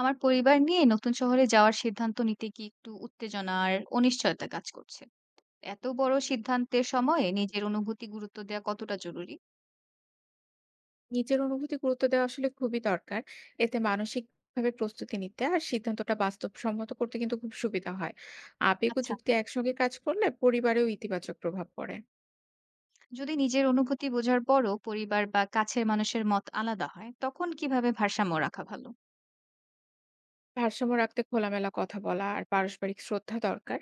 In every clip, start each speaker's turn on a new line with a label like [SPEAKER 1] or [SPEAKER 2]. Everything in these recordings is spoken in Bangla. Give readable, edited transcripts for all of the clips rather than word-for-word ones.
[SPEAKER 1] আমার পরিবার নিয়ে নতুন শহরে যাওয়ার সিদ্ধান্ত নিতে গিয়ে একটু উত্তেজনা আর অনিশ্চয়তা কাজ করছে। এত বড় সিদ্ধান্তের সময়ে নিজের অনুভূতি গুরুত্ব দেওয়া কতটা জরুরি?
[SPEAKER 2] নিজের অনুভূতি গুরুত্ব দেওয়া আসলে খুবই দরকার। এতে মানসিকভাবে প্রস্তুতি নিতে আর সিদ্ধান্তটা বাস্তবসম্মত করতে কিন্তু খুব সুবিধা হয়। আবেগ ও
[SPEAKER 1] আচ্ছা,
[SPEAKER 2] যুক্তি একসঙ্গে কাজ করলে পরিবারেও ইতিবাচক প্রভাব পড়ে।
[SPEAKER 1] যদি নিজের অনুভূতি বোঝার পরও পরিবার বা কাছের মানুষের মত আলাদা হয়, তখন কিভাবে ভারসাম্য রাখা ভালো?
[SPEAKER 2] ভারসাম্য রাখতে খোলামেলা কথা বলা আর পারস্পরিক শ্রদ্ধা দরকার।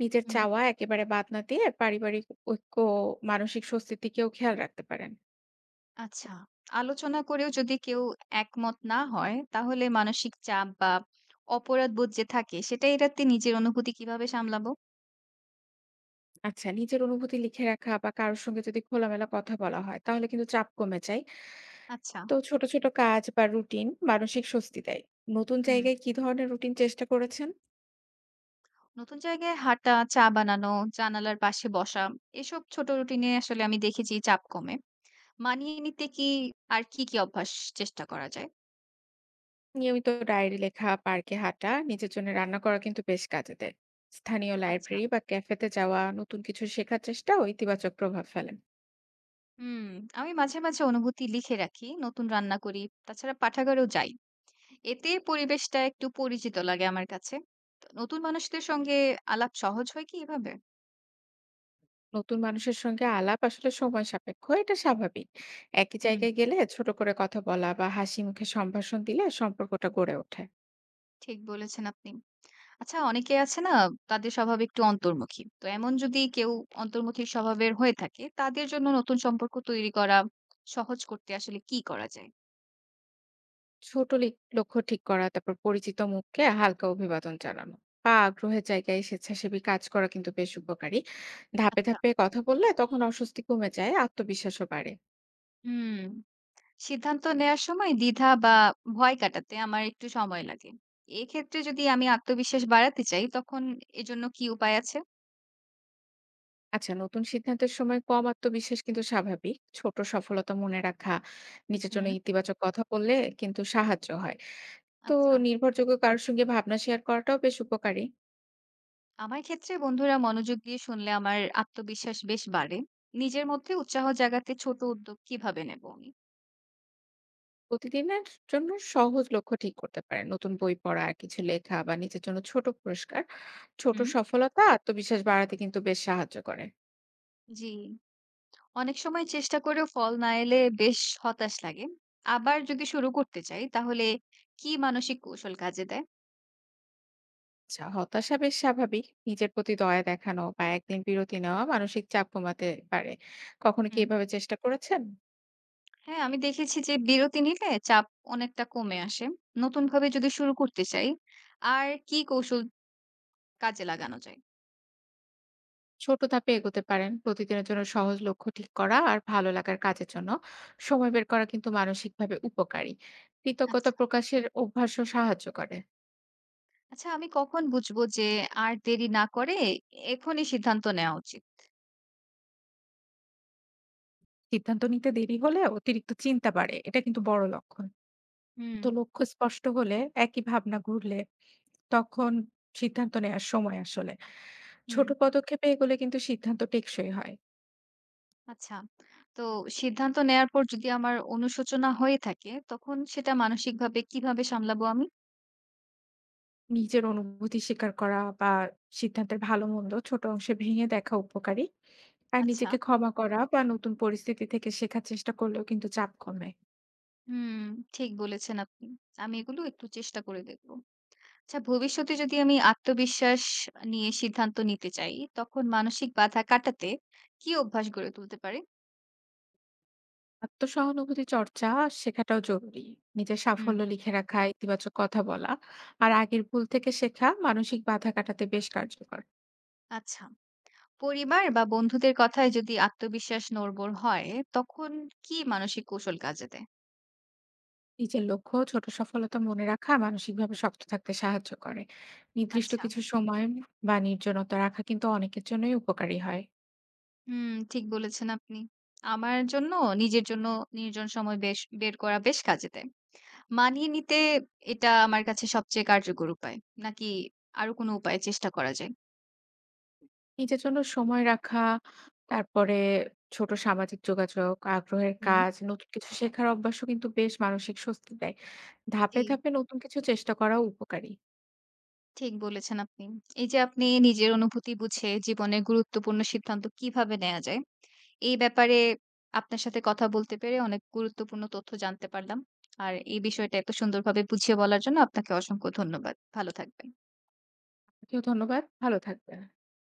[SPEAKER 2] নিজের
[SPEAKER 1] হুম।
[SPEAKER 2] চাওয়া একেবারে বাদ না দিয়ে পারিবারিক ঐক্য, ও মানসিক স্বস্তির দিকেও খেয়াল রাখতে পারেন।
[SPEAKER 1] আচ্ছা, আলোচনা করেও যদি কেউ একমত না হয়, তাহলে মানসিক চাপ বা অপরাধবোধ যে থাকে, সেটা এড়াতে নিজের অনুভূতি কিভাবে সামলাবো?
[SPEAKER 2] আচ্ছা, নিজের অনুভূতি লিখে রাখা বা কারো সঙ্গে যদি খোলামেলা কথা বলা হয়, তাহলে কিন্তু চাপ কমে যায়।
[SPEAKER 1] আচ্ছা।
[SPEAKER 2] তো ছোট, ছোট কাজ বা রুটিন মানসিক স্বস্তি দেয়। নতুন
[SPEAKER 1] হুম।
[SPEAKER 2] জায়গায় কি ধরনের রুটিন চেষ্টা করেছেন?
[SPEAKER 1] নতুন জায়গায় হাঁটা, চা বানানো, জানালার পাশে বসা এসব ছোট রুটিনে আসলে আমি দেখেছি চাপ কমে। মানিয়ে নিতে আর কি অভ্যাস চেষ্টা করা যায়?
[SPEAKER 2] নিয়মিত ডায়েরি লেখা, পার্কে হাঁটা, নিজের জন্য রান্না করা কিন্তু বেশ কাজে দেয়। স্থানীয়
[SPEAKER 1] আচ্ছা।
[SPEAKER 2] লাইব্রেরি বা ক্যাফেতে যাওয়া, নতুন কিছু শেখার চেষ্টাও ইতিবাচক প্রভাব ফেলে।
[SPEAKER 1] হুম, আমি মাঝে, মাঝে অনুভূতি লিখে রাখি, নতুন রান্না করি, তাছাড়া পাঠাগারেও যাই। এতে পরিবেশটা একটু পরিচিত লাগে আমার কাছে। তো নতুন মানুষদের সঙ্গে আলাপ সহজ হয় কি এভাবে?
[SPEAKER 2] নতুন মানুষের সঙ্গে আলাপ আসলে সময় সাপেক্ষ, এটা স্বাভাবিক। একই
[SPEAKER 1] হুম,
[SPEAKER 2] জায়গায় গেলে ছোট করে কথা বলা বা হাসি মুখে সম্ভাষণ দিলে সম্পর্কটা গড়ে ওঠে।
[SPEAKER 1] ঠিক বলেছেন আপনি। আচ্ছা, অনেকে আছে না তাদের স্বভাব একটু অন্তর্মুখী। তো এমন যদি কেউ অন্তর্মুখী স্বভাবের হয়ে থাকে তাদের জন্য নতুন সম্পর্ক তৈরি করা সহজ করতে আসলে কি করা যায়?
[SPEAKER 2] ছোট লিক লক্ষ্য ঠিক করা, তারপর পরিচিত মুখকে হালকা অভিবাদন জানানো বা আগ্রহের জায়গায় স্বেচ্ছাসেবী কাজ করা কিন্তু বেশ উপকারী। ধাপে
[SPEAKER 1] আচ্ছা।
[SPEAKER 2] ধাপে কথা বললে তখন অস্বস্তি কমে যায়, আত্মবিশ্বাসও বাড়ে।
[SPEAKER 1] হুম, সিদ্ধান্ত নেয়ার সময় দ্বিধা বা ভয় কাটাতে আমার একটু সময় লাগে। এক্ষেত্রে যদি আমি আত্মবিশ্বাস বাড়াতে চাই তখন এজন্য কি উপায় আছে?
[SPEAKER 2] আচ্ছা, নতুন সিদ্ধান্তের সময় কম আত্মবিশ্বাস কিন্তু স্বাভাবিক। ছোট সফলতা মনে রাখা, নিজের জন্য
[SPEAKER 1] হুম।
[SPEAKER 2] ইতিবাচক কথা বললে কিন্তু সাহায্য হয়। তো
[SPEAKER 1] আচ্ছা।
[SPEAKER 2] নির্ভরযোগ্য কারোর সঙ্গে ভাবনা শেয়ার করাটাও বেশ উপকারী।
[SPEAKER 1] আমার ক্ষেত্রে বন্ধুরা মনোযোগ দিয়ে শুনলে আমার আত্মবিশ্বাস বেশ বাড়ে। নিজের মধ্যে উৎসাহ জাগাতে ছোট উদ্যোগ কিভাবে নেব আমি?
[SPEAKER 2] প্রতিদিনের জন্য সহজ লক্ষ্য ঠিক করতে পারেন। নতুন বই পড়া, কিছু লেখা বা নিজের জন্য ছোট পুরস্কার, ছোট
[SPEAKER 1] হুম।
[SPEAKER 2] সফলতা আত্মবিশ্বাস বাড়াতে কিন্তু বেশ সাহায্য করে।
[SPEAKER 1] জি। অনেক সময় চেষ্টা করেও ফল না এলে বেশ হতাশ লাগে। আবার যদি শুরু করতে চাই তাহলে কি মানসিক কৌশল কাজে দেয়?
[SPEAKER 2] আচ্ছা, হতাশা বেশ স্বাভাবিক। নিজের প্রতি দয়া দেখানো বা একদিন বিরতি নেওয়া মানসিক চাপ কমাতে পারে। কখনো কি
[SPEAKER 1] হুম।
[SPEAKER 2] এভাবে চেষ্টা করেছেন?
[SPEAKER 1] হ্যাঁ, আমি দেখেছি যে বিরতি নিলে চাপ অনেকটা কমে আসে। নতুনভাবে যদি শুরু করতে চাই, আর কি কৌশল কাজে লাগানো যায়?
[SPEAKER 2] ছোট ধাপে এগোতে পারেন। প্রতিদিনের জন্য সহজ লক্ষ্য ঠিক করা আর ভালো লাগার কাজের জন্য সময় বের করা কিন্তু মানসিকভাবে উপকারী। কৃতজ্ঞতা
[SPEAKER 1] আচ্ছা।
[SPEAKER 2] প্রকাশের অভ্যাসও সাহায্য করে।
[SPEAKER 1] আচ্ছা, আমি কখন বুঝবো যে আর দেরি না করে এখনই সিদ্ধান্ত নেওয়া উচিত?
[SPEAKER 2] সিদ্ধান্ত নিতে দেরি হলে অতিরিক্ত চিন্তা বাড়ে, এটা কিন্তু বড় লক্ষণ।
[SPEAKER 1] হুম,
[SPEAKER 2] তো লক্ষ্য স্পষ্ট হলে, একই ভাবনা ঘুরলে, তখন সিদ্ধান্ত নেওয়ার সময় আসলে
[SPEAKER 1] হুম।
[SPEAKER 2] ছোট পদক্ষেপে এগুলো কিন্তু সিদ্ধান্ত টেকসই হয়।
[SPEAKER 1] আচ্ছা, তো সিদ্ধান্ত নেয়ার পর যদি আমার অনুশোচনা হয়ে থাকে, তখন সেটা মানসিকভাবে কিভাবে সামলাবো আমি?
[SPEAKER 2] নিজের অনুভূতি স্বীকার করা বা সিদ্ধান্তের ভালো মন্দ ছোট অংশে ভেঙে দেখা উপকারী। আর
[SPEAKER 1] আচ্ছা।
[SPEAKER 2] নিজেকে ক্ষমা করা বা নতুন পরিস্থিতি থেকে শেখার চেষ্টা করলেও কিন্তু চাপ কমে।
[SPEAKER 1] হুম, ঠিক বলেছেন আপনি। আমি এগুলো একটু চেষ্টা করে দেখব। আচ্ছা, ভবিষ্যতে যদি আমি আত্মবিশ্বাস নিয়ে সিদ্ধান্ত নিতে চাই, তখন মানসিক বাধা কাটাতে কি অভ্যাস গড়ে তুলতে পারি?
[SPEAKER 2] আত্মসহানুভূতি চর্চা শেখাটাও জরুরি। নিজের
[SPEAKER 1] হুম।
[SPEAKER 2] সাফল্য লিখে রাখা, ইতিবাচক কথা বলা আর আগের ভুল থেকে শেখা মানসিক বাধা কাটাতে বেশ কার্যকর।
[SPEAKER 1] আচ্ছা, পরিবার বা বন্ধুদের কথায় যদি আত্মবিশ্বাস নড়বড় হয়, তখন কি মানসিক কৌশল কাজে দেয়?
[SPEAKER 2] নিজের লক্ষ্য ও ছোট সফলতা মনে রাখা মানসিকভাবে শক্ত থাকতে সাহায্য করে। নির্দিষ্ট
[SPEAKER 1] আচ্ছা,
[SPEAKER 2] কিছু সময় বা নির্জনতা রাখা কিন্তু অনেকের জন্যই উপকারী হয়।
[SPEAKER 1] হুম, ঠিক বলেছেন আপনি। আমার জন্য, নিজের জন্য নির্জন সময় বের করা বেশ কাজে দেয়। মানিয়ে নিতে এটা আমার কাছে সবচেয়ে কার্যকর উপায়। নাকি আরো কোনো উপায়ে চেষ্টা করা যায়?
[SPEAKER 2] নিজের জন্য সময় রাখা, তারপরে ছোট সামাজিক যোগাযোগ, আগ্রহের
[SPEAKER 1] হুম।
[SPEAKER 2] কাজ, নতুন কিছু শেখার অভ্যাসও কিন্তু বেশ মানসিক স্বস্তি দেয়। ধাপে,
[SPEAKER 1] জি,
[SPEAKER 2] ধাপে নতুন কিছু চেষ্টা করাও উপকারী।
[SPEAKER 1] ঠিক বলেছেন আপনি। এই যে আপনি নিজের অনুভূতি বুঝে জীবনের গুরুত্বপূর্ণ সিদ্ধান্ত কিভাবে নেয়া যায়, এই ব্যাপারে আপনার সাথে কথা বলতে পেরে অনেক গুরুত্বপূর্ণ তথ্য জানতে পারলাম। আর এই বিষয়টা এত সুন্দরভাবে বুঝিয়ে বলার জন্য আপনাকে অসংখ্য ধন্যবাদ। ভালো থাকবেন।
[SPEAKER 2] আপনাকেও ধন্যবাদ। ভালো থাকবেন।